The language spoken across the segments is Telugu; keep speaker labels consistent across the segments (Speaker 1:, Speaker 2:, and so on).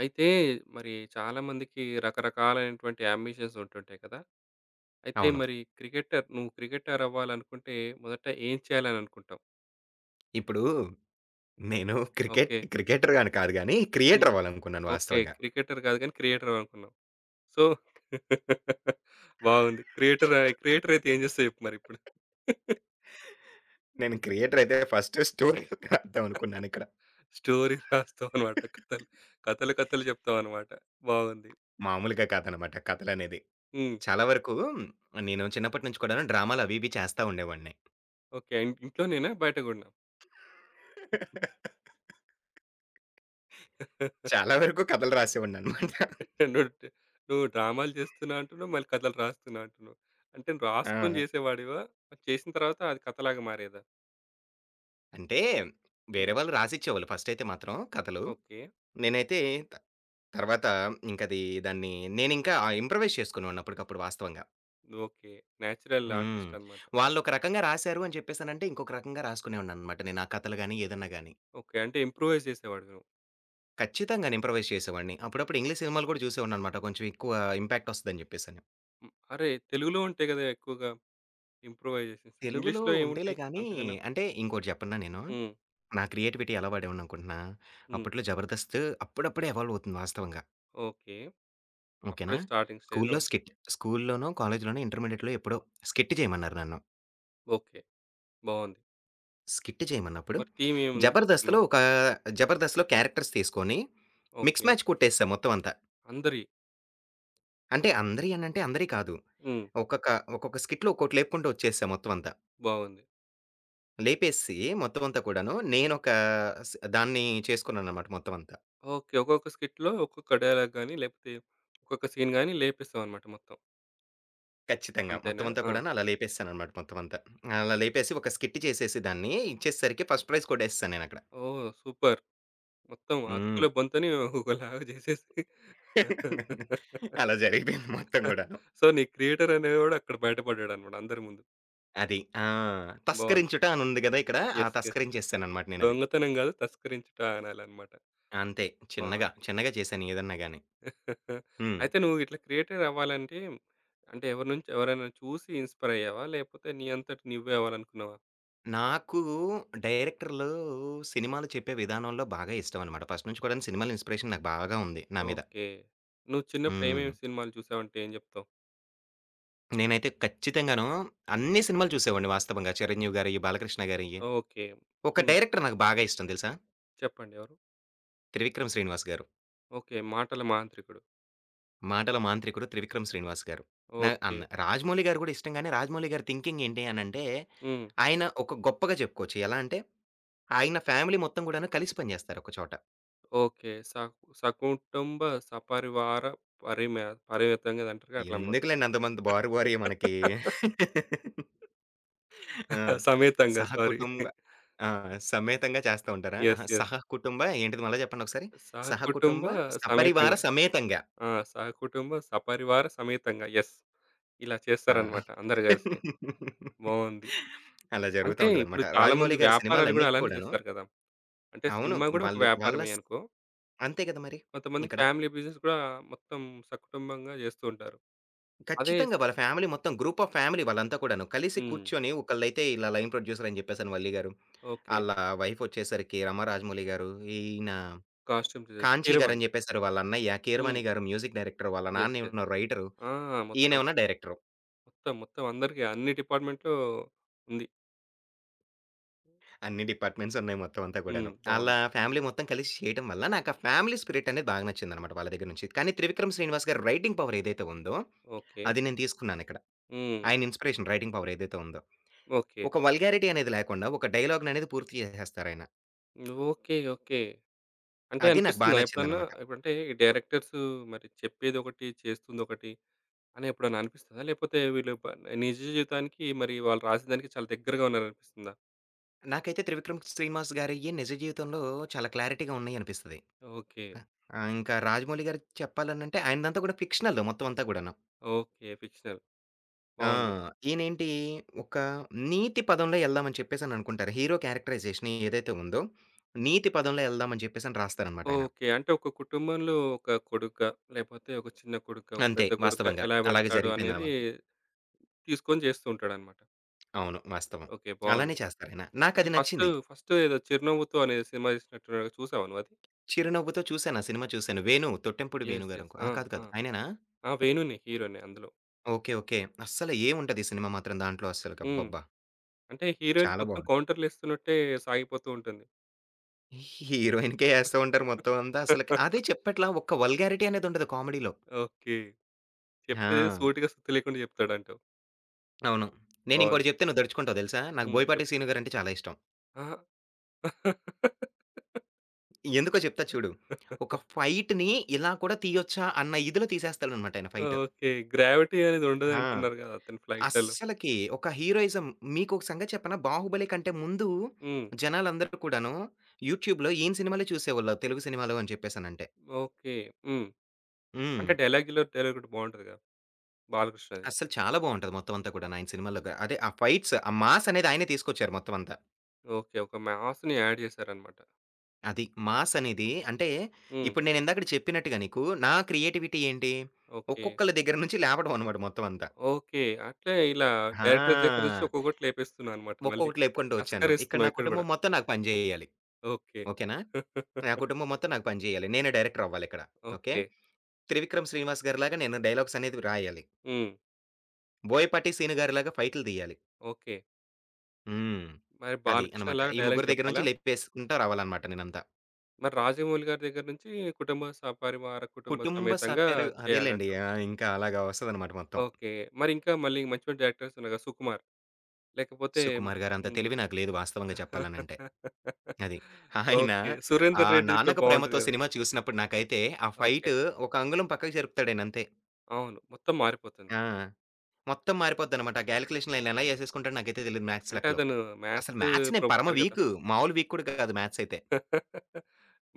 Speaker 1: అయితే మరి చాలామందికి రకరకాలైనటువంటి యాంబిషన్స్ ఉంటుంటాయి కదా! అయితే
Speaker 2: అవును.
Speaker 1: మరి క్రికెటర్ నువ్వు క్రికెటర్ అవ్వాలనుకుంటే మొదట ఏం చేయాలని అనుకుంటావు?
Speaker 2: ఇప్పుడు నేను క్రికెట్
Speaker 1: ఓకే.
Speaker 2: క్రికెటర్ అని కాదు గానీ,
Speaker 1: హ్మ్.
Speaker 2: క్రియేటర్ అవ్వాలనుకున్నాను
Speaker 1: ఓకే.
Speaker 2: వాస్తవంగా.
Speaker 1: క్రికెటర్ కాదు కానీ క్రియేటర్ అనుకున్నాం. సో బాగుంది. క్రియేటర్ అయి క్రియేటర్ అయితే ఏం చేస్తావు చెప్పు మరిప్పుడు?
Speaker 2: నేను క్రియేటర్ అయితే ఫస్ట్ స్టోరీ రాద్దాం అనుకున్నానిక్కడ.
Speaker 1: స్టోరీ రాస్తావన్నమాట. కథలు, కథలు చెప్తావన్నమాట. బాగుంది.
Speaker 2: మామూలుగా కాదనమాట కథలనేది.
Speaker 1: హ్మ్.
Speaker 2: చాలా వరకు నేను చిన్నప్పటి నుంచి కూడాను డ్రామాలు అవి ఇవి చేస్తా ఉండేవాడిని.
Speaker 1: ఓకే. ఇంట్లోనేనా? బయట గూడనా?
Speaker 2: చాలా వరకు కథలు రాసేవాడిననమాట.
Speaker 1: నువ్వు డ్ నువ్వు డ్రామాలు చేస్తున్నా అంటున్నావు. మళ్ళీ కథలు రాస్తున్నా అంటున్నావు. అంటే నువ్వు రాసుకొని
Speaker 2: ఆ!
Speaker 1: చేసేవాడివా? మరి చేసిన తర్వాత అది కథలాగా మారేదా?
Speaker 2: అంటే వేరే
Speaker 1: హ్మ్.
Speaker 2: వాళ్ళు రాసిచ్చేవాళ్ళు ఫస్టయితే మాత్రం కథలు.
Speaker 1: ఓకే.
Speaker 2: నేనైతే త తర్వాత ఇంకది దాన్ని నేనింకా ఇంప్రూవైజ్ చేసుకునేవాడిని అప్పటికప్పుడు వాస్తవంగా.
Speaker 1: ఓకే. నేచురల్
Speaker 2: హ్మ్.
Speaker 1: ఆర్టిస్ట్ అన్నమాట.
Speaker 2: వాళ్ళొక రకంగా రాశారు అని చెప్పేసనంటే, ఇంకొక రకంగా రాసుకునేవాడిననమాట నేను ఆ కథలు గాని, ఏదన్నా గాని.
Speaker 1: ఓకే. అంటే ఇంప్రూవైజ్ చేసేవాడివి నువ్వు.
Speaker 2: ఖచ్చితంగా ఇంప్రవైజ్ చేసేవాడిని. అప్పుడప్పుడు ఇంగ్లీష్ సినిమాలు కూడా చూసేవాడిననమాట. కొంచెం ఎక్కువ ఇంపాక్ట్ ఒస్తదని చెప్పేసని.
Speaker 1: హ్మ్. అరే! తెలుగులో ఉంటాయి కదా ఎక్కువగా ఇంప్రూవైజేషన్స్.
Speaker 2: తెలుగులో
Speaker 1: ఇంగ్లీష్‌లో
Speaker 2: ఉంటేలే
Speaker 1: ఏముంటాయి
Speaker 2: గానీ
Speaker 1: అంతకన్నా?
Speaker 2: అంటే ఇంకోటి చెప్పనా నేను?
Speaker 1: హ్మ్.
Speaker 2: నా క్రియేటివిటీ ఎలా వాడేవాడిననుకుంటున్నా?
Speaker 1: హ్మ్.
Speaker 2: అప్పట్లో 'జబర్దస్త్' అప్పుడప్పుడే ఎవాల్వ్ అవుతుంది వాస్తవంగా.
Speaker 1: ఓకే.
Speaker 2: ఓకేనా?
Speaker 1: అప్పుడే స్టార్టింగ్ స్టేజ్‌లో ఉంది.
Speaker 2: స్కూలులోనో, కాలేజీలోనో ఇంటర్మీడియేట్‌లో ఎప్పుడో స్కిట్ చేయమన్నారు నన్ను.
Speaker 1: ఓకే. బావుంది.
Speaker 2: స్కిట్ చేయమన్నప్పుడు,
Speaker 1: మరి థీమ్ ఏముంది అనుకున్నావు?
Speaker 2: 'జబర్దస్త్‌లో' ఒక 'జబర్దస్త్‌లో' క్యారెక్టర్స్ తీసుకొని, మిక్స్
Speaker 1: ఓకే.
Speaker 2: మ్యాచ్ కొట్టేసా మొత్తం అంతా.
Speaker 1: అందరియి.
Speaker 2: అంటే అందరియి అనంటే అందరియి కాదు.
Speaker 1: హ్మ్.
Speaker 2: ఒక్కొక్క ఒక్కొక్క స్కిట్‌లో ఒక్కోటి లేపుకుంటూ వచ్చేసా మొత్తం అంతా.
Speaker 1: బావుంది.
Speaker 2: లేపేసి మొత్తం అంతా కూడాను నేనొక దాన్ని చేసుకున్నానన్నమాట మొత్తం అంతా.
Speaker 1: ఓకే. ఒక్కొక్క స్కిట్‌లో ఒక్కొక్క డైలాగ్ గాని, లేకపోతే ఒక్కొక్క సీన్ గాని లేపిస్తావన్నమాట మొత్తం.
Speaker 2: ఖచ్చితంగా. మొత్తం
Speaker 1: అంతేనా?
Speaker 2: అంతా
Speaker 1: ఆ!
Speaker 2: కూడాను అలా లేపేసానన్నమాట మొత్తం అంతా. అలా లేపేసి ఒక స్కిట్ చేసేసి దాన్ని ఇచ్చేసరికి ఫస్ట్ ప్రైజ్ కొట్టేసేసాను నేనక్కడ.
Speaker 1: ఓహ్! సూపర్. మొత్తం
Speaker 2: హ్మ్.
Speaker 1: అతుకుల బొంతని ఒకలాగా జేసేసి
Speaker 2: అలా జరిగిపోయింది మొత్తం గూడా.
Speaker 1: సో, నీ క్రియేటర్ అనేవాడు అక్కడ బయటపడ్డాడన్నమాట అందరి ముందు.
Speaker 2: అది. ఆ!
Speaker 1: బావుంది.
Speaker 2: తస్కరించుట అని ఉంది గదా! ఇక్కడ. ఆ
Speaker 1: యెస్. యెస్.
Speaker 2: తస్కరించేసాననమాట నేనది.
Speaker 1: దొంగతనం గాదు తస్కరించుట అనాలన్నమాట.
Speaker 2: అంతే. చిన్నగా,
Speaker 1: బావుంది.
Speaker 2: చిన్నగా చేశాను ఏదన్నా గాని. హ్మ్.
Speaker 1: అయితే నువ్వు ఇట్లా క్రియేటర్ అవ్వాలంటే, అంటే ఎవరి నుంచి ఎవరైనా చూసి ఇన్‌స్పైర్ అయ్యావా? లేకపోతే నీ అంతట నువ్వే అవ్వాలనుకున్నావా?
Speaker 2: నాకు డైరెక్టర్‌లు సినిమాలు చెప్పే విధానంలో బాగా ఇష్టమనమాట. ఫస్ట్ నుంచి కూడాను సినిమాల ఇన్‌స్పిరేషన్ నాకు బాగా ఉంది నా మీద.
Speaker 1: ఓకే. నువ్వు చిన్నప్పుడు
Speaker 2: హ్మ్.
Speaker 1: ఏమేమి సినిమాలు చూసావంటే ఏం జెప్తావు?
Speaker 2: నేనైతే ఖచ్చితంగాను అన్ని సినిమాలు చూసేవాడిని వాస్తవంగా. 'చిరంజీవి' గారియి, 'బాలకృష్ణ' గారియి.
Speaker 1: ఓకే.
Speaker 2: ఒక
Speaker 1: హ్మ్.
Speaker 2: డైరెక్టర్ నాకు బాగా ఇష్టం తెలుసా?
Speaker 1: చెప్పండి ఎవరు?
Speaker 2: 'త్రివిక్రమ్ శ్రీనివాస్' గారు.
Speaker 1: ఓకే. 'మాటల మాంత్రికుడు.'
Speaker 2: మాటల మాంత్రికుడు 'త్రివిక్రమ్ శ్రీనివాస్' గారు. నా
Speaker 1: ఓకే.
Speaker 2: అన్ 'రాజమౌళి' గారు గూడా ఇష్టం గానీ, 'రాజమౌళి' గారి థింకింగ్ ఏంటి అనంటే,
Speaker 1: హ్మ్.
Speaker 2: ఆయన ఒక గొప్పగా చెప్పుకోవచ్చు. ఎలా అంటే, ఆయన ఫ్యామిలీ మొత్తం గూడాను కలిసి పని జేస్తారు ఒక చోట.
Speaker 1: ఓకే. సకుటుంబ సపరివార పరిమె పరిమితంగా ఏదో అట్లా అన్నమాట.
Speaker 2: ఎందుకులెండి అంతమంది బారు బారి మనకి. ఆ!
Speaker 1: సమేతంగా సారీ.
Speaker 2: సహకుటుంబ. ఆ! సమేతంగా చేస్తా ఉంటారా?
Speaker 1: యెస్.
Speaker 2: అహా!
Speaker 1: యెస్.
Speaker 2: సహకుటుంబ ఏంటిది మళ్ళా జెప్పండి ఒకసారి?
Speaker 1: సహకుటుంబ
Speaker 2: సహకుటుంబ, సపరివార
Speaker 1: సమేతంగా.
Speaker 2: సమేతంగా.
Speaker 1: ఆ! సహకుటుంబ సపరివార సమేతంగా. యెస్. ఇలా
Speaker 2: ఆ!
Speaker 1: చేస్తారన్నమాట అందరూ గలిసి. బావుంది.
Speaker 2: అలా జరుగుతా
Speaker 1: అంటే ఇప్పుడు
Speaker 2: ఉంటదనమాట.
Speaker 1: చాలా మంది
Speaker 2: 'రాజమౌళి' గారి
Speaker 1: వ్యాపారాలు గూడా
Speaker 2: సినిమాలన్నీ
Speaker 1: అలానే
Speaker 2: కూడాను.
Speaker 1: జేస్తారు గదా! అంటే
Speaker 2: అవును.
Speaker 1: సినిమా గూడా ఒక
Speaker 2: వాళ్ళు వాళ్ళ
Speaker 1: వ్యాపారమే
Speaker 2: స్
Speaker 1: అనుకో.
Speaker 2: అంతే కదా మరి
Speaker 1: కొంతమందికి
Speaker 2: ఇక్కడ.
Speaker 1: ఫ్యామిలీ బిజినెస్ కూడా మొత్తం సకుటుంబంగా జేస్తూ ఉంటారు. అదే
Speaker 2: ఖచ్చితంగా వాళ్ళ ఫ్యామిలీ మొత్తం గ్రూప్ ఆఫ్ ఫ్యామిలీ వాళ్ళంతా కూడాను. కలిసి
Speaker 1: హ్మ్.
Speaker 2: కూర్చొని ఒకళ్ళైతే ఇలా లైన్ ప్రొడ్యూసర్ అని చెప్పేసని వల్లి గారు.
Speaker 1: ఓకే.
Speaker 2: ఆళ్ళ వైఫ్ వచ్చేసరికి రాజమౌళి గారు. ఈయన
Speaker 1: కాస్ట్యూమ్ డిజైనర్
Speaker 2: కాంచీ గారని
Speaker 1: 'కీరవాణి'.
Speaker 2: చెప్పేసారు. వాళ్ళ అన్నయ్య
Speaker 1: హ్మ్.
Speaker 2: కీరవాణి గారు మ్యూజిక్ డైరెక్టర్. వాళ్ళ
Speaker 1: యెస్. యెస్.
Speaker 2: నాన్నేమో రైటరు.
Speaker 1: ఆ! మొత్తం.
Speaker 2: ఈయనేమన్నా డైరెక్టరు.
Speaker 1: మొత్తం. మొత్తం అందరికి అన్ని డిపార్ట్‌మెంట్‌లో ఉంది.
Speaker 2: అన్ని డిపార్ట్మెంట్స్ ఉన్నాయి మొత్తం అంతా కూడాను.
Speaker 1: హ్మ్.
Speaker 2: ఆళ్ళ
Speaker 1: బావుంది.
Speaker 2: ఫ్యామిలీ మొత్తం కలిసి చేయటం వల్ల నాకు ఆ ఫ్యామిలీ స్పిరిట్ అనేది బాగా నచ్చిందనమాట వాళ్ళ దగ్గర నుంచి. కానీ త్రివిక్రమ్ శ్రీనివాస్ గారి రైటింగ్ పవర్ ఏదైతే ఉందో,
Speaker 1: ఓకే.
Speaker 2: అది నేను తీసుకున్నానిక్కడ.
Speaker 1: హ్మ్.
Speaker 2: ఆయన ఇన్‌స్పిరేషన్ రైటింగ్ పవర్ ఏదైతే ఉందో.
Speaker 1: ఓకే.
Speaker 2: ఒక వల్గారిటీ అనేది లేకుండా, ఒక డైలాగ్‌ననేది పూర్తి చేసేస్తారాయన.
Speaker 1: ఓకే. ఓకే. అంటే
Speaker 2: అది నాకు
Speaker 1: అనిపిస్తుందా ఎప్పుడన్నా?
Speaker 2: నచ్చిందనమాట.
Speaker 1: ఇప్పుడంటే ఈ డైరెక్టర్స్ మరి చెప్పేదొకటి, చేస్తుందొకటి అని ఎప్పుడన్నా అనిపిస్తదా? లేకపోతే వీళ్ళు ప నిజ జీవితానికి మరి వాళ్ళు రాసిన దానికి చాలా దగ్గరగా ఉన్నారనిపిస్తుందా?
Speaker 2: నాకైతే 'త్రివిక్రమ్ శ్రీనివాస్' గారియ్యి నిజ జీవితంలో చాలా క్లారిటీగా ఉన్నయనిపిస్తది.
Speaker 1: ఓకే.
Speaker 2: ఆ! ఇంకా 'రాజమౌళి' గారి చెప్పాలనంటే ఆయనదంతా కూడా ఫిక్షనల్ మొత్తం అంతా గూడాను.
Speaker 1: ఓకే. ఫిక్షనల్.
Speaker 2: ఆ!
Speaker 1: బావుంది.
Speaker 2: ఈయనేంటి ఒక నీతి పదంలో యెళ్దామని చెప్పేసననుకుంటారు. హీరో క్యారెక్టరైజేషన్ ఏదైతే ఉందో, నీతి పదంలో యెళ్దామని చెప్పేసని రాస్తారనమాట ఆయన.
Speaker 1: ఓకే. అంటే ఒక కుటుంబంలో ఒక కొడుగ్గా, లేపోతే ఒక చిన్న కొడుగ్గా, ఒక
Speaker 2: అంతే
Speaker 1: పెద్ద కొడుగ్గా
Speaker 2: వాస్తవంగా.
Speaker 1: ఎలా
Speaker 2: అలాగే
Speaker 1: వెళ్తాడు అనేది
Speaker 2: జరిగిపోయిందనమాట.
Speaker 1: తీసుకొని చేస్తూ ఉంటాడనమాట.
Speaker 2: అవును. వాస్తవం.
Speaker 1: ఓకే.
Speaker 2: అలానే
Speaker 1: బావుంది.
Speaker 2: చేస్తారాయన.
Speaker 1: అయితే
Speaker 2: నాకది
Speaker 1: ఫస్ట్,
Speaker 2: నచ్చింది.
Speaker 1: ఫస్ట్ ఏదో 'చిరునవ్వుతో' అనే సినిమా తీసినట్టున్నారుగా చూసావా నువ్వది?
Speaker 2: చిరునవ్వుతో చూసాను. ఆ సినిమా చూసాను. 'వేణు' తొట్టెంపుడు వేణు
Speaker 1: యెస్. యెస్.
Speaker 2: గారనుకో. ఆ!
Speaker 1: ఆ!
Speaker 2: కాదు
Speaker 1: ఆ!
Speaker 2: కాదు. ఆయనేనా?
Speaker 1: ఆ! వేణునే హీరోనే అందులో.
Speaker 2: ఓకే. ఓకే. అస్సలు ఏముండదు ఈ సినిమా మాత్రం దాంట్లో అస్సలకి
Speaker 1: హ్మ్.
Speaker 2: అబ్బబ్బా!
Speaker 1: అంటే హీరోయిన్‌కి
Speaker 2: చాలా
Speaker 1: మొత్తం
Speaker 2: బావుంది.
Speaker 1: కౌంటర్‌లేస్తున్నట్టే సాగిపోతూ ఉంటుంది.
Speaker 2: హీరోయిన్‌కే ఏస్తా ఉంటారు మొత్తం అంతా అసలకి. అదే చెప్పట్లా ఒక్క వల్గారిటీ అనేదుండదు కామెడీలో.
Speaker 1: ఓకే. చెప్పేదేదో
Speaker 2: ఆ!
Speaker 1: సూటిగా, సుత్తి లేకుండా చెప్తాడంటావు.
Speaker 2: అవును. నేనింకోటి
Speaker 1: బావుంది.
Speaker 2: చెప్తే నువ్వు దడుచుకుంటావు తెలుసా? నాకు
Speaker 1: హ్మ్.
Speaker 2: 'బోయపాటి
Speaker 1: చెప్పు. చెప్పు.
Speaker 2: శీను' గారంటే చాలా ఇష్టం.
Speaker 1: అహా!
Speaker 2: ఎందుకో చెప్తా చూడు. ఒక ఫైట్‌ని ఇలా కూడా తీయొచ్చా అన్న ఇదిలో తీసేస్తాడనమాట ఆయన ఫైట్.
Speaker 1: ఓకే. గ్రావిటీ అనేది
Speaker 2: ఆ!
Speaker 1: ఉండదంటున్నారు గదా! అతని ఫ్లైట్‌లలో.
Speaker 2: అస్సలకి ఒక హీరోయిజం మీకొక సంగతి చెప్పనా? 'బాహుబలి' కంటే ముందు
Speaker 1: హ్మ్.
Speaker 2: జనాలందరూ కూడాను యూట్యూబ్‌లో ఈయన సినిమాలే చూసేవాళ్ళు తెలుగు సినిమాలు అని చెప్పేసనంటే.
Speaker 1: ఓకే. హ్మ్.
Speaker 2: హ్మ్.
Speaker 1: అంటే డైలాగ్‌లో డైలాగ్ ఒకటి బావుంటదిగా 'బాలకృష్ణది'.
Speaker 2: అస్సలు చాలా బావుంటది మొత్తం అంతా కూడాను ఆయన సినిమాల్లో గ అదే ఆ ఫైట్స్, ఆ మాస్ అనేది ఆయనే తీసుకొచ్చారు మొత్తం అంతా.
Speaker 1: ఓకే. ఒక మాస్‌ని యాడ్ చేశారన్నమాట.
Speaker 2: అది మాస్ అనేది అంటే
Speaker 1: హ్మ్.
Speaker 2: ఇప్పుడు నేను ఇందాకడ చెప్పినట్టుగా నీకు నా క్రియేటివిటీ ఏంటి?
Speaker 1: ఓకే.
Speaker 2: ఒక్కొక్కళ్ళ దగ్గర నుంచి లేపడం అనమాట మొత్తం అంతా.
Speaker 1: ఓకే. అట్లే ఇలా డైరెక్టర్ దగ్గర
Speaker 2: ఆ!
Speaker 1: నుంచి ఒక్కొక్కటి లేపేస్తున్నావు అన్నమాట మళ్ళీ.
Speaker 2: ఒక్కొక్కటి లేపుకుంటూ వచ్చాను. ఇక్కడ
Speaker 1: తస్కరిస్తున్నావు
Speaker 2: నా
Speaker 1: ఇక్కడ గూడా.
Speaker 2: కుటుంబం మొత్తం నాకు పని జేయాలి.
Speaker 1: ఓకే.
Speaker 2: ఓకేనా? నా కుటుంబం మొత్తం నాకు పని చేయాలి. నేనే డైరెక్టర్ అవ్వాలిక్కడ. ఓకే.
Speaker 1: ఓకే.
Speaker 2: 'త్రివిక్రమ్ శ్రీనివాస్' గారిలాగా నేను డైలాగ్స్ అనేది రాయాలి.
Speaker 1: హ్మ్.
Speaker 2: 'బోయపాటి సీను' గారిలాగా ఫైటులు తీయాలి.
Speaker 1: ఓకే.
Speaker 2: హ్మ్.
Speaker 1: మరి
Speaker 2: అది
Speaker 1: 'బాలకృష్ణ'
Speaker 2: అన్నమాట.
Speaker 1: లాగా
Speaker 2: ఈ
Speaker 1: డైలాగ్
Speaker 2: ముగ్గురు దగ్గర
Speaker 1: జెప్పాలా?
Speaker 2: నుంచి లేపేసుకుంటా రావాలన్నమాట నేనంతా.
Speaker 1: మరి రాజమౌళి గారి దగ్గర నుంచి కుటుంబ స పరివార కుటుంబ
Speaker 2: కుటుంబ
Speaker 1: సమేతంగా
Speaker 2: సభ్యులు అదేలెండి.
Speaker 1: చేయాలంటావు.
Speaker 2: ఆ! ఇంకా అలాగా వస్తదన్నమాట మొత్తం.
Speaker 1: ఓకే. మరి ఇంకా మళ్ళీ మంచి మంచి డైరెక్టర్స్ ఉన్నారు కదా! 'సుకుమార్' లేకపోతే
Speaker 2: సుకుమార్ గారంత
Speaker 1: హ్మ్.
Speaker 2: తెలివి నాకు లేదు వాస్తవంగా చెప్పాలనంటే. అది. ఆయన
Speaker 1: ఓకే.
Speaker 2: ఆ
Speaker 1: 'సురేందర్ రెడ్డిది' కూడా
Speaker 2: 'నాన్నకు
Speaker 1: బావుంటది
Speaker 2: ప్రేమతో'
Speaker 1: కదా!
Speaker 2: సినిమా చూసినప్పుడు నాకైతే ఆ
Speaker 1: ఓకే.
Speaker 2: ఫైట్ ఒక అంగుళం పక్కకి జరుపుతాడాయనంతే.
Speaker 1: అవును. మొత్తం మారిపోతుంది.
Speaker 2: ఆ! మొత్తం మారిపోద్దన్నమాట. ఆ కాలిక్యులేషన్‌లు ఆయన ఎలా ఏసేసుకుంటాడో నాకైతే తెలీదు మ్యాథ్స్
Speaker 1: అంటే
Speaker 2: లెక్కలో.
Speaker 1: అతను
Speaker 2: అసలు
Speaker 1: మ్యాథ్స్
Speaker 2: మ్యాథ్స్ నేను పరమ
Speaker 1: ప్రొఫెసర్ కదా!
Speaker 2: వీకు. మామూలు వీక్ కూడా కాదు మ్యాథ్స్ అయితే.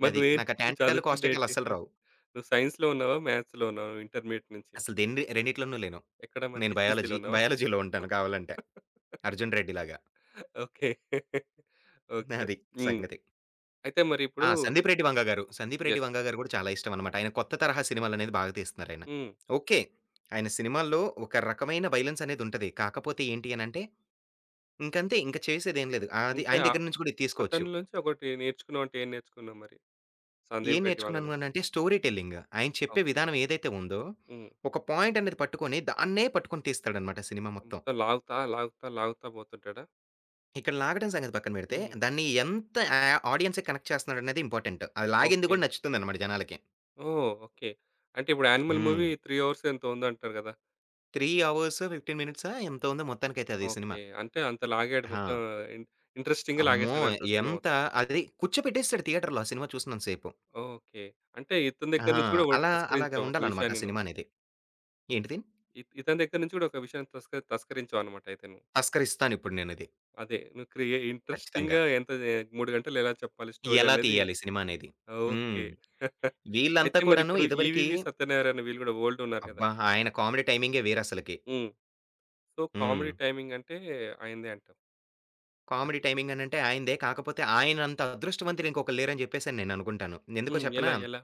Speaker 1: మరి
Speaker 2: అది.
Speaker 1: నువ్వేంటి
Speaker 2: నాకు ఆ
Speaker 1: నువ్వు
Speaker 2: టాన్ టీటాలు, కాస్ టీటాలు
Speaker 1: చదువుకుందేంటి?
Speaker 2: అస్సలు రావు.
Speaker 1: నువ్వు సైన్స్‌లో ఉన్నావా? మ్యాథ్స్‌లో ఉన్నావా? ఇంటర్మీడియేట్ నుంచి.
Speaker 2: అసలు దేన్ని రెండిట్లోనూ లేను.
Speaker 1: ఎక్కడ మరి
Speaker 2: నేను
Speaker 1: హెచ్‌ఈసీలో
Speaker 2: బయాలజీ,
Speaker 1: ఉన్నావా?
Speaker 2: బయాలజీలో ఉంటాను కావాలంటే. 'అర్జున్ రెడ్డి' లాగా.
Speaker 1: ఓకే. ఓకే.
Speaker 2: అది
Speaker 1: హ్మ్.
Speaker 2: సంగతి.
Speaker 1: అయితే మరి ఇప్పుడు
Speaker 2: ఆ! 'సందీప్ రెడ్డి వంగ' గారు. 'సందీప్ రెడ్డి
Speaker 1: యెస్.
Speaker 2: వంగ' గారు కూడా చాలా ఇష్టం అన్నమాట. ఆయన కొత్త తరహా సినిమాలనేది బాగా తీస్తున్నారాయన.
Speaker 1: హ్మ్.
Speaker 2: ఓకే. ఆయన సినిమాల్లో ఒక రకమైన వయలెన్స్ అనేది ఉంటది. కాకపోతే ఏంటి అనంటే ఇంకంతే. ఇంక చేసేదేం లేదు. ఆ, అది
Speaker 1: అంటే
Speaker 2: ఆయన
Speaker 1: ఆహ్,
Speaker 2: దగ్గర నుంచి కూడా ఇది తీసుకోవచ్చు.
Speaker 1: అతని నుంచి ఒకటి నేర్చుకున్నావు అంటే ఏం నేర్చుకున్నావు మరి?
Speaker 2: ఏం
Speaker 1: 'సందీప్ రెడ్డి వంగ'
Speaker 2: నేర్చుకున్నాను
Speaker 1: నుంచి.
Speaker 2: అనంటే స్టోరీ టెల్లింగ్. ఆయన చెప్పే
Speaker 1: ఓకే.
Speaker 2: విధానం ఏదైతే ఉందో,
Speaker 1: హ్మ్.
Speaker 2: ఒక పాయింట్ అనేది పట్టుకొని దాన్నే పట్టుకొని తీస్తాడనమాట సినిమా మొత్తం.
Speaker 1: మొత్తం లాగుతా, లాగుతా, లాగుతా పోతుంటాడా?
Speaker 2: ఇక్కడ లాగడం సంగతి పక్కన పెడితే,
Speaker 1: హ్మ్.
Speaker 2: దాన్ని ఎంత ఆహ్, ఆడియన్స్‌కి కనెక్ట్ చేస్తున్నాడనేది ఇంపార్టెంట్. అది లాగింది
Speaker 1: ఓకే.
Speaker 2: కూడా నచ్చుతుందనమాట జనాలకి.
Speaker 1: ఓహ్! ఓకే. అంటే ఇప్పుడు 'యానిమల్'
Speaker 2: హ్మ్.
Speaker 1: మూవీ 3 అవర్స్ ఎంతో ఉందంటారు కదా!
Speaker 2: 3 అవర్స్ 15 మినిట్సా ఎంతో ఉంది మొత్తానికైతే అది సినిమా.
Speaker 1: ఓకే. అంటే అంత లాగాడు మొత్తం
Speaker 2: ఆ!
Speaker 1: ఇన్ ఇంట్రెస్టింగ్‌గా
Speaker 2: అమ్మో!
Speaker 1: లాగేసాడంటావు సినిమా
Speaker 2: ఎంత
Speaker 1: మొత్తం.
Speaker 2: అది కూర్చోపెట్టేస్తాడు థియేటర్‌లో ఆ సినిమా చూసినంత సేపు.
Speaker 1: ఓకే. అంటే ఇతని
Speaker 2: ఆ!
Speaker 1: దగ్గర నుంచి కూడా ఒకటి
Speaker 2: అలా అలాగా
Speaker 1: తస్కరించావు ఒక
Speaker 2: ఉండాలనమాట
Speaker 1: విషయాన్ని
Speaker 2: ఆ
Speaker 1: నువ్వు.
Speaker 2: సినిమా అనేది. ఏంటిది?
Speaker 1: ఇతని దగ్గర నుంచి కూడా ఒక విషయాన్ని తస్కరించావన్నమాట అయితే నువ్వు.
Speaker 2: తస్కరిస్తానిప్పుడు నేనిది.
Speaker 1: అదే. నువ్వు క్రియ
Speaker 2: ఖచ్చితంగా.
Speaker 1: ఇంట్రెస్టింగ్‌గా ఎంత జే 3 గంటలు ఎలా చెప్పాలి స్టోరీ
Speaker 2: ఎలా
Speaker 1: అనేది
Speaker 2: తీయాలి సినిమా అనేది. హ్మ్.
Speaker 1: ఓకే.
Speaker 2: వీళ్ళంతా
Speaker 1: అయితే
Speaker 2: కూడాను
Speaker 1: మరిప్పుడు
Speaker 2: ఇదివరకి
Speaker 1: ఈవీవి సత్యనారాయణ వీళ్ళు గూడా ఓల్డ్ ఉన్నారు గదా!
Speaker 2: అబ్బా! ఆయన కామెడీ టైమింగే వేరసలకి.
Speaker 1: హ్మ్. సో,
Speaker 2: హ్మ్.
Speaker 1: కామెడీ టైమింగ్ అంటే అయిందే అంటావు.
Speaker 2: కామెడీ
Speaker 1: అది
Speaker 2: టైమింగ్ అనంటే ఆయనదే. కాకపోతే ఆయనంత అదృష్టవంతులు ఇంకొకళ్ళు లేరని చెప్పేసని నేననుకుంటాను. ఎందుకో
Speaker 1: హ్మ్. ఎలా?
Speaker 2: చెప్పనా?
Speaker 1: ఎలా?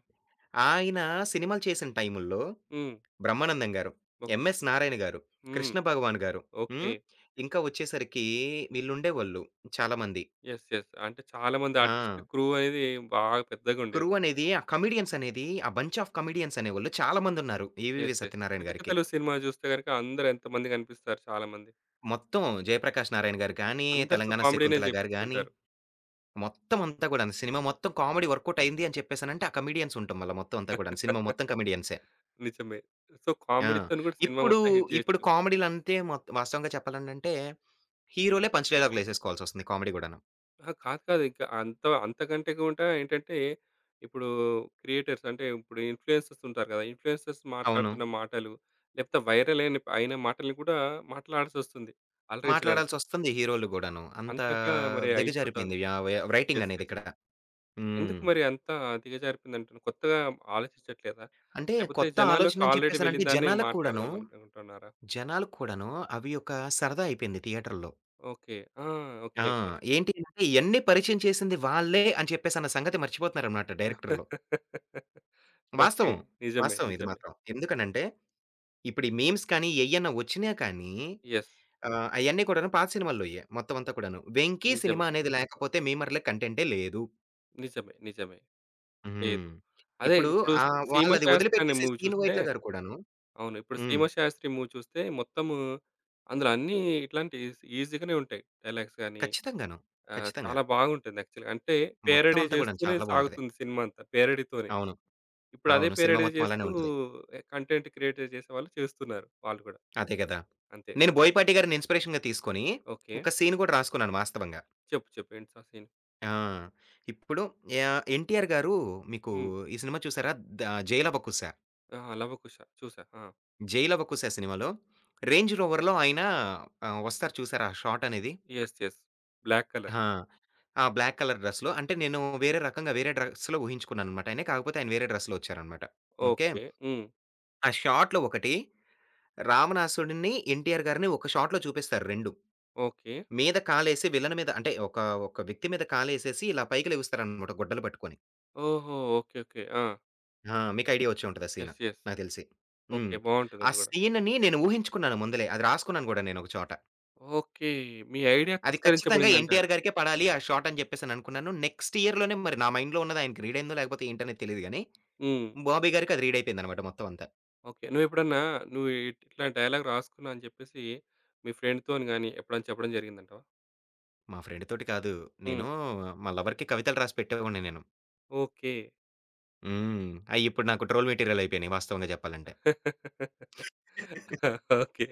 Speaker 2: ఆయన సినిమాలు చేసిన టైముల్లో
Speaker 1: హ్మ్.
Speaker 2: 'బ్రహ్మానందం' గారు,
Speaker 1: ఓకే.
Speaker 2: 'ఎంఎస్ నారాయణ' గారు,
Speaker 1: హ్మ్.
Speaker 2: 'కృష్ణ భగవాన్' గారు,
Speaker 1: ఓకే.
Speaker 2: హ్మ్. ఇంకా వచ్చేసరికి వీళ్ళుండేవాళ్ళు చాలామంది.
Speaker 1: యెస్. యెస్. అంటే చాలామంది ఆర్టిస్ట్‌లు
Speaker 2: ఆ!
Speaker 1: క్రూ అనేది బాగా
Speaker 2: క్రూ
Speaker 1: పెద్దగుండేది.
Speaker 2: అనేది ఆ కమెడియన్స్ అనేది ఆ బంచ్ ఆఫ్ కమెడియన్స్ అనేవాళ్ళు చాలా మందున్నారు.
Speaker 1: యెస్.
Speaker 2: ఈవీవి
Speaker 1: యెస్.
Speaker 2: సత్యనారాయణ గారికి.
Speaker 1: 'కితకితలు' సినిమా జూస్తే గనుక అందరూ ఎంతమంది గనిపిస్తారు చాలామంది.
Speaker 2: మొత్తం 'జయప్రకాష్ నారాయణ' గారు గాని,
Speaker 1: అందరితో
Speaker 2: 'తెలంగాణ
Speaker 1: కామెడీనే
Speaker 2: శకుంతల' గారు గాని
Speaker 1: జేపిస్తుంటారు.
Speaker 2: మొత్తం అంతా కూడాను. సినిమా మొత్తం కామెడీ వర్కౌట్ అయింది అని చెప్పేసనంటే, ఆ కమెడియన్స్ ఉండటం వల్ల మొత్తం అంతా కూడాను. సినిమా మొత్తం కమెడియన్సే.
Speaker 1: నిజమే. సో,
Speaker 2: ఆ!
Speaker 1: కామెడీతోని గూడా సినిమా
Speaker 2: ఇప్పుడు,
Speaker 1: మొత్తం హిట్
Speaker 2: ఇప్పుడు
Speaker 1: జేయొచ్చు.
Speaker 2: కామెడీలంటే వాస్తవంగా చెప్పాలనంటే, హీరోలే పంచ్ డైలాగులేసేసుకోవాల్సొస్తుంది కామెడీ గూడాను.
Speaker 1: అహా! కాదు. కాదు. ఇంకా అంత అంతకంటే గూడా ఏంటంటే, ఇప్పుడు క్రియేటర్స్ అంటే ఇప్పుడు ఇన్‌ఫ్లుయెన్సర్స్ ఉంటారు గదా! ఇన్‌ఫ్లుయెన్సర్స్
Speaker 2: అవును.
Speaker 1: మాట్లాడుతున్న మాటలు, లేకపోతే వైరల్ అయిన అయిన మాటల్ని కూడా మాట్లాడాల్సొస్తుంది అలరించడానికి.
Speaker 2: మాట్లాడాల్సొస్తుంది హీరోలు గూడాను. అంత
Speaker 1: అంతగా మరి
Speaker 2: దిగజారిపోయింది
Speaker 1: అయిపోతుంది.
Speaker 2: యా వ రైటింగ్
Speaker 1: యెస్.
Speaker 2: అనేది
Speaker 1: యెస్.
Speaker 2: ఇక్కడ.
Speaker 1: ఎందుకు
Speaker 2: హ్మ్.
Speaker 1: మరి అంత దిగజారిపోయిందంటున్నా? కొత్తగా ఆలోచించట్లేదా?
Speaker 2: అంటే
Speaker 1: లేకపోతే
Speaker 2: కొత్త
Speaker 1: జనాల్లోకి
Speaker 2: ఆలోచన అని
Speaker 1: ఆల్రెడీ
Speaker 2: చెప్పేసనంటే
Speaker 1: వెళ్ళిన దాన్నే
Speaker 2: జనాలకు కూడాను,
Speaker 1: మాట్లాడదాం అనుకుంటున్నారా?
Speaker 2: జనాలకు కూడాను అవి ఒక సరదా అయిపోయింది థియేటర్‌లో.
Speaker 1: ఓకే. ఆ! ఓకే.
Speaker 2: ఆ!
Speaker 1: ఓకే.
Speaker 2: ఏంటి అంటే ఇయన్నీ పరిచయం చేసింది వాళ్ళే అని చెప్పేసన్న సంగతి మర్చిపోతున్నారనమాట డైరెక్టర్లు.
Speaker 1: ఓకే.
Speaker 2: వాస్తవం.
Speaker 1: నిజమే.
Speaker 2: వాస్తవం ఇది
Speaker 1: నిజమే.
Speaker 2: మాత్రం. ఎందుకనంటే ఇప్పుడు ఈ మీమ్స్ కానీ ఎయ్యన్నా వచ్చినా కానీ
Speaker 1: యెస్.
Speaker 2: ఆహ్, అయన్నీ కూడాను పాత సినిమాల్లోయే మొత్తం అంతా కూడాను. 'వెంకీ' సినిమా
Speaker 1: నిజమే.
Speaker 2: అనేది లేకపోతే మీమర్‌లకి కంటెంటే లేదు.
Speaker 1: నిజమే. నిజమే.
Speaker 2: హ్మ్.
Speaker 1: లేదు. అదే
Speaker 2: ఇప్పుడు
Speaker 1: ఇప్పుడు
Speaker 2: ఆహ్, వాళ్ళది
Speaker 1: 'సీమశాస్త్రి' అనే
Speaker 2: వదిలిపెట్టేసి
Speaker 1: మూవీ
Speaker 2: 'సీను
Speaker 1: చూస్తే
Speaker 2: వైట్ల' గారు కూడాను.
Speaker 1: అవును. ఇప్పుడు
Speaker 2: హ్మ్.
Speaker 1: 'సీమశాస్త్రి' మూవీ చూస్తే మొత్తము అందులో అన్నీ ఇట్లాంటి ఈజీగానే ఉంటాయి. డైలాగ్స్ గాని
Speaker 2: ఖచ్చితంగాను.
Speaker 1: ఆహ్,
Speaker 2: ఖచ్చితంగా.
Speaker 1: చాలా బాగుంటుంది యాక్చువల్‌గా. అంటే
Speaker 2: మొత్తం
Speaker 1: పేరడీ
Speaker 2: అంతా కూడాను
Speaker 1: చేస్తూనే
Speaker 2: చాలా బావుంటది.
Speaker 1: సాగుతుంది సినిమా అంతా. పేరడీతోనే.
Speaker 2: అవును.
Speaker 1: ఇప్పుడు అదే
Speaker 2: అవును. సినిమా
Speaker 1: పేరడీ
Speaker 2: మొత్తం అలానే
Speaker 1: చేస్తూ
Speaker 2: ఉంటది.
Speaker 1: కంటెంట్ క్రియేట్ చేసేవాళ్ళు చేస్తున్నారు వాళ్ళు కూడా.
Speaker 2: అదే గదా!
Speaker 1: అంతే.
Speaker 2: నేను బోయపాటి గారిని ఇన్‌స్పిరేషన్‌గా తీసుకొని,
Speaker 1: ఓకే.
Speaker 2: ఒక సీన్ గూడా రాసుకున్నాను వాస్తవంగా.
Speaker 1: చెప్పు చెప్పు ఏంటి ఆ సీన్?
Speaker 2: ఆ! ఇప్పుడు యాహ్, 'ఎన్టీఆర్' గారు మీకు
Speaker 1: హ్మ్.
Speaker 2: ఈ సినిమా చూసారా? ద 'జైలవకుశ.'
Speaker 1: ఆ! 'లవకుశ' చూసా. ఆ!
Speaker 2: 'జైలవకుశ' సినిమాలో రేంజ్ రోవర్‌లో ఆయన ఆహ్, వస్తారు చూసారా ఆ షాట్ అనేది?
Speaker 1: యెస్. యెస్. Black colour.
Speaker 2: ఆ! ఆ బ్లాక్ కలర్ డ్రెస్‌లో అంటే నేను వేరే రకంగా వేరే డ్రెస్‌లో ఊహించుకున్నాననమాట ఆయన్ని. కాకపోతే ఆయన వేరే డ్రెస్‌లో వచ్చారనమాట. ఓకే.
Speaker 1: ఓకే. హ్మ్.
Speaker 2: ఆ షాట్‌లో ఒకటి, రావణాసుడిని, ఎన్టీఆర్ గారిని ఒక షాట్‌లో చూపిస్తారు 2.
Speaker 1: ఓకే.
Speaker 2: మీద కాలేసి విలన్ మీద అంటే ఒక ఒక వ్యక్తి మీద కాలేసేసి ఇలా పైకి లెగుస్తారనమాట గుడ్డలు పట్టుకొని.
Speaker 1: ఓహో! ఓకే. ఓకే. ఆ!
Speaker 2: ఆ! మీకు ఐడియా వచ్చే ఉంటది ఆ సీను.
Speaker 1: యెస్. యెస్.
Speaker 2: నాకు తెలిసి. హ్మ్.
Speaker 1: ఓకే. బావుంటది
Speaker 2: ఆ
Speaker 1: అది గూడా.
Speaker 2: సీన్‌ని నేను ఊహించుకున్నాను ముందలే. అది రాసుకున్నాను గూడా నేను ఒక చోట.
Speaker 1: ఓకే. మీ ఐడియా
Speaker 2: అది ఖచ్చితంగా
Speaker 1: పురస్కరించబడిందంటారు.
Speaker 2: ఎన్టీఆర్ గారికే పడాలి ఆ షాట్ అని చెప్పేసననుకున్నాను. నెక్స్ట్ ఇయర్‌లోనే మరి నా మైండ్‌లో ఉన్నది ఆయనకి రీడ్ అయిందో లేకపోతే ఏంటనేది తెలీదు గానీ,
Speaker 1: హ్మ్.
Speaker 2: బాబీ గారికి అది రీడ్ అయిపోయిందనమాట మొత్తం అంతా.
Speaker 1: ఓకే. నువ్వెప్పుడన్నా నువ్వు ఇట్లా డైలాగ్ రాసుకున్నా అని చెప్పేసి మీ ఫ్రెండ్‌తోని గాని ఎప్పుడైనా చెప్పడం జరిగిందంటావా?
Speaker 2: మా ఫ్రెండ్ తోటి కాదు.
Speaker 1: హ్మ్.
Speaker 2: నేను మా లవర్‌కి కవితలు రాసి పెట్టేవాడిని నేను.
Speaker 1: ఓకే.
Speaker 2: హ్మ్. అయి ఇప్పుడు నాకు ట్రోల్ మెటీరియల్ అయిపోయినాయి వాస్తవంగా చెప్పాలంటే.
Speaker 1: ఓకే.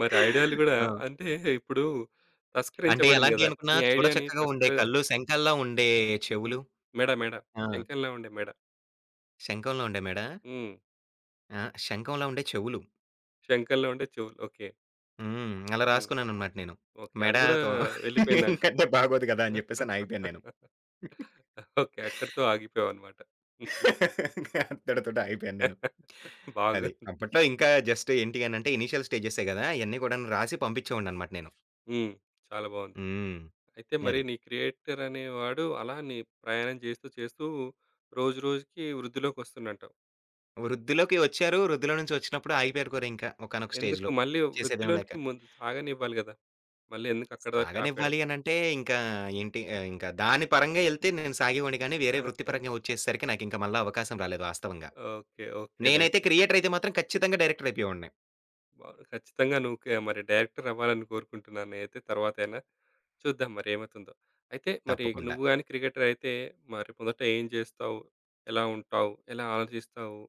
Speaker 1: మరి ఐడియాలు గూడా
Speaker 2: ఆ!
Speaker 1: అంటే ఇప్పుడు
Speaker 2: అంటే
Speaker 1: తస్కరించబడింది గదా!
Speaker 2: ఎలాంటియనుకున్నా
Speaker 1: నీ
Speaker 2: చూడ
Speaker 1: ఐడియాని
Speaker 2: చక్కగా ఉండే
Speaker 1: తస్కర
Speaker 2: కళ్ళు, శంఖాల్లా ఉండే చెవులు.
Speaker 1: హ్మ్. మెడ
Speaker 2: ఆ!
Speaker 1: శంఖంలో ఉండే మెడ.
Speaker 2: శంఖంలో ఉండే మెడ.
Speaker 1: హ్మ్.
Speaker 2: ఆ! శంఖంలో ఉండే చెవులు.
Speaker 1: శంఖంలో ఉండే చెవులు. ఓకే.
Speaker 2: హ్మ్. అలా
Speaker 1: హ్మ్.
Speaker 2: రాసుకున్నాననమాట నేను.
Speaker 1: ఓకే. అది గూడా
Speaker 2: మెడతో
Speaker 1: వెళ్ళిపోయిందంటావు.
Speaker 2: ఇంకంటే బాగోదు కదా! అని జెప్పేసని ఆగిపోయాను నేను.
Speaker 1: ఓకే. అక్కడితో ఆగిపోయావన్నమాట.
Speaker 2: అంతటితోటి ఆగిపోయాను నేను. అది.
Speaker 1: బాగుంది.
Speaker 2: అప్పట్లో ఇంకా జస్ట్ ఏంటి అనంటే ఇనీషియల్ స్టేజెసే గదా! అయన్నీ కూడాను రాసి పంపించేవాడిననమాట నేను.
Speaker 1: హ్మ్. చాలా బావుంది.
Speaker 2: హ్మ్.
Speaker 1: అయితే మరి
Speaker 2: అది.
Speaker 1: నీ క్రియేటర్ అనేవాడు అలా నీ ప్రయాణం చేస్తూ, చేస్తూ రోజు రోజుకి వృద్ధిలోకొస్తుండంటావు.
Speaker 2: వృద్ధిలోకి ఒచ్చారు. వృద్ధిలో నుంచి ఒచ్చినప్పుడు ఆగిపోయారు కూడా ఇంకా ఒకానొక
Speaker 1: ఎందుకు
Speaker 2: స్టేజ్‌లో.
Speaker 1: మళ్ళీ
Speaker 2: చేసేదేం లేక.
Speaker 1: వృద్ధిలోనికి ముందు సాగనివ్వాలి గదా! మళ్ళీ ఎందుకు అక్కడి దాకా ఆపేయడం?
Speaker 2: ఆగనివ్వాలి అనంటే ఇంకా ఏంటి ఆహ్, ఇంకా దాని పరంగా ఎళ్తే నేను సాగేవాడిని గానీ, వేరే వృత్తిపరంగా వచ్చేసరికి నాకింక మళ్ళా అవకాశం రాలేదు వాస్తవంగా.
Speaker 1: ఓకే. ఓకేలే
Speaker 2: నేనైతే
Speaker 1: అయితే.
Speaker 2: క్రియేటర్ అయితే మాత్రం ఖచ్చితంగా డైరెక్టర్ అయిపోయేవాడిని.
Speaker 1: వావ్! ఖచ్చితంగా నువ్వు కే మరి డైరెక్టర్ అవ్వాలని కోరుకుంటున్నాను నేనైతే తర్వాతైనా. చూద్దాం మరి ఏమవుతుందో. అయితే మరి
Speaker 2: తప్పకుండా.
Speaker 1: నువ్వు గాని క్రికెటర్ అయితే మరి మొదట ఏం చేస్తావు? ఎలా ఉంటావు? ఎలా ఆలోచిస్తావు?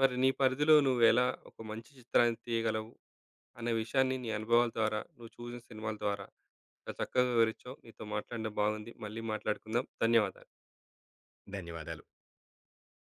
Speaker 1: మరి నీ పరిధిలో నువ్వు ఎలా ఒక మంచి చిత్రాన్ని తీయగలవు? అనే విషయాన్ని నీ అనుభవాల ద్వారా, నువ్వు చూసిన సినిమాల ద్వారా చాలా చక్కగా వివరించావు. నీతో మాట్లాడడం బాగుంది. మళ్ళీ మాట్లాడుకుందాం. ధన్యవాదాలు.
Speaker 2: ధన్యవాదాలు.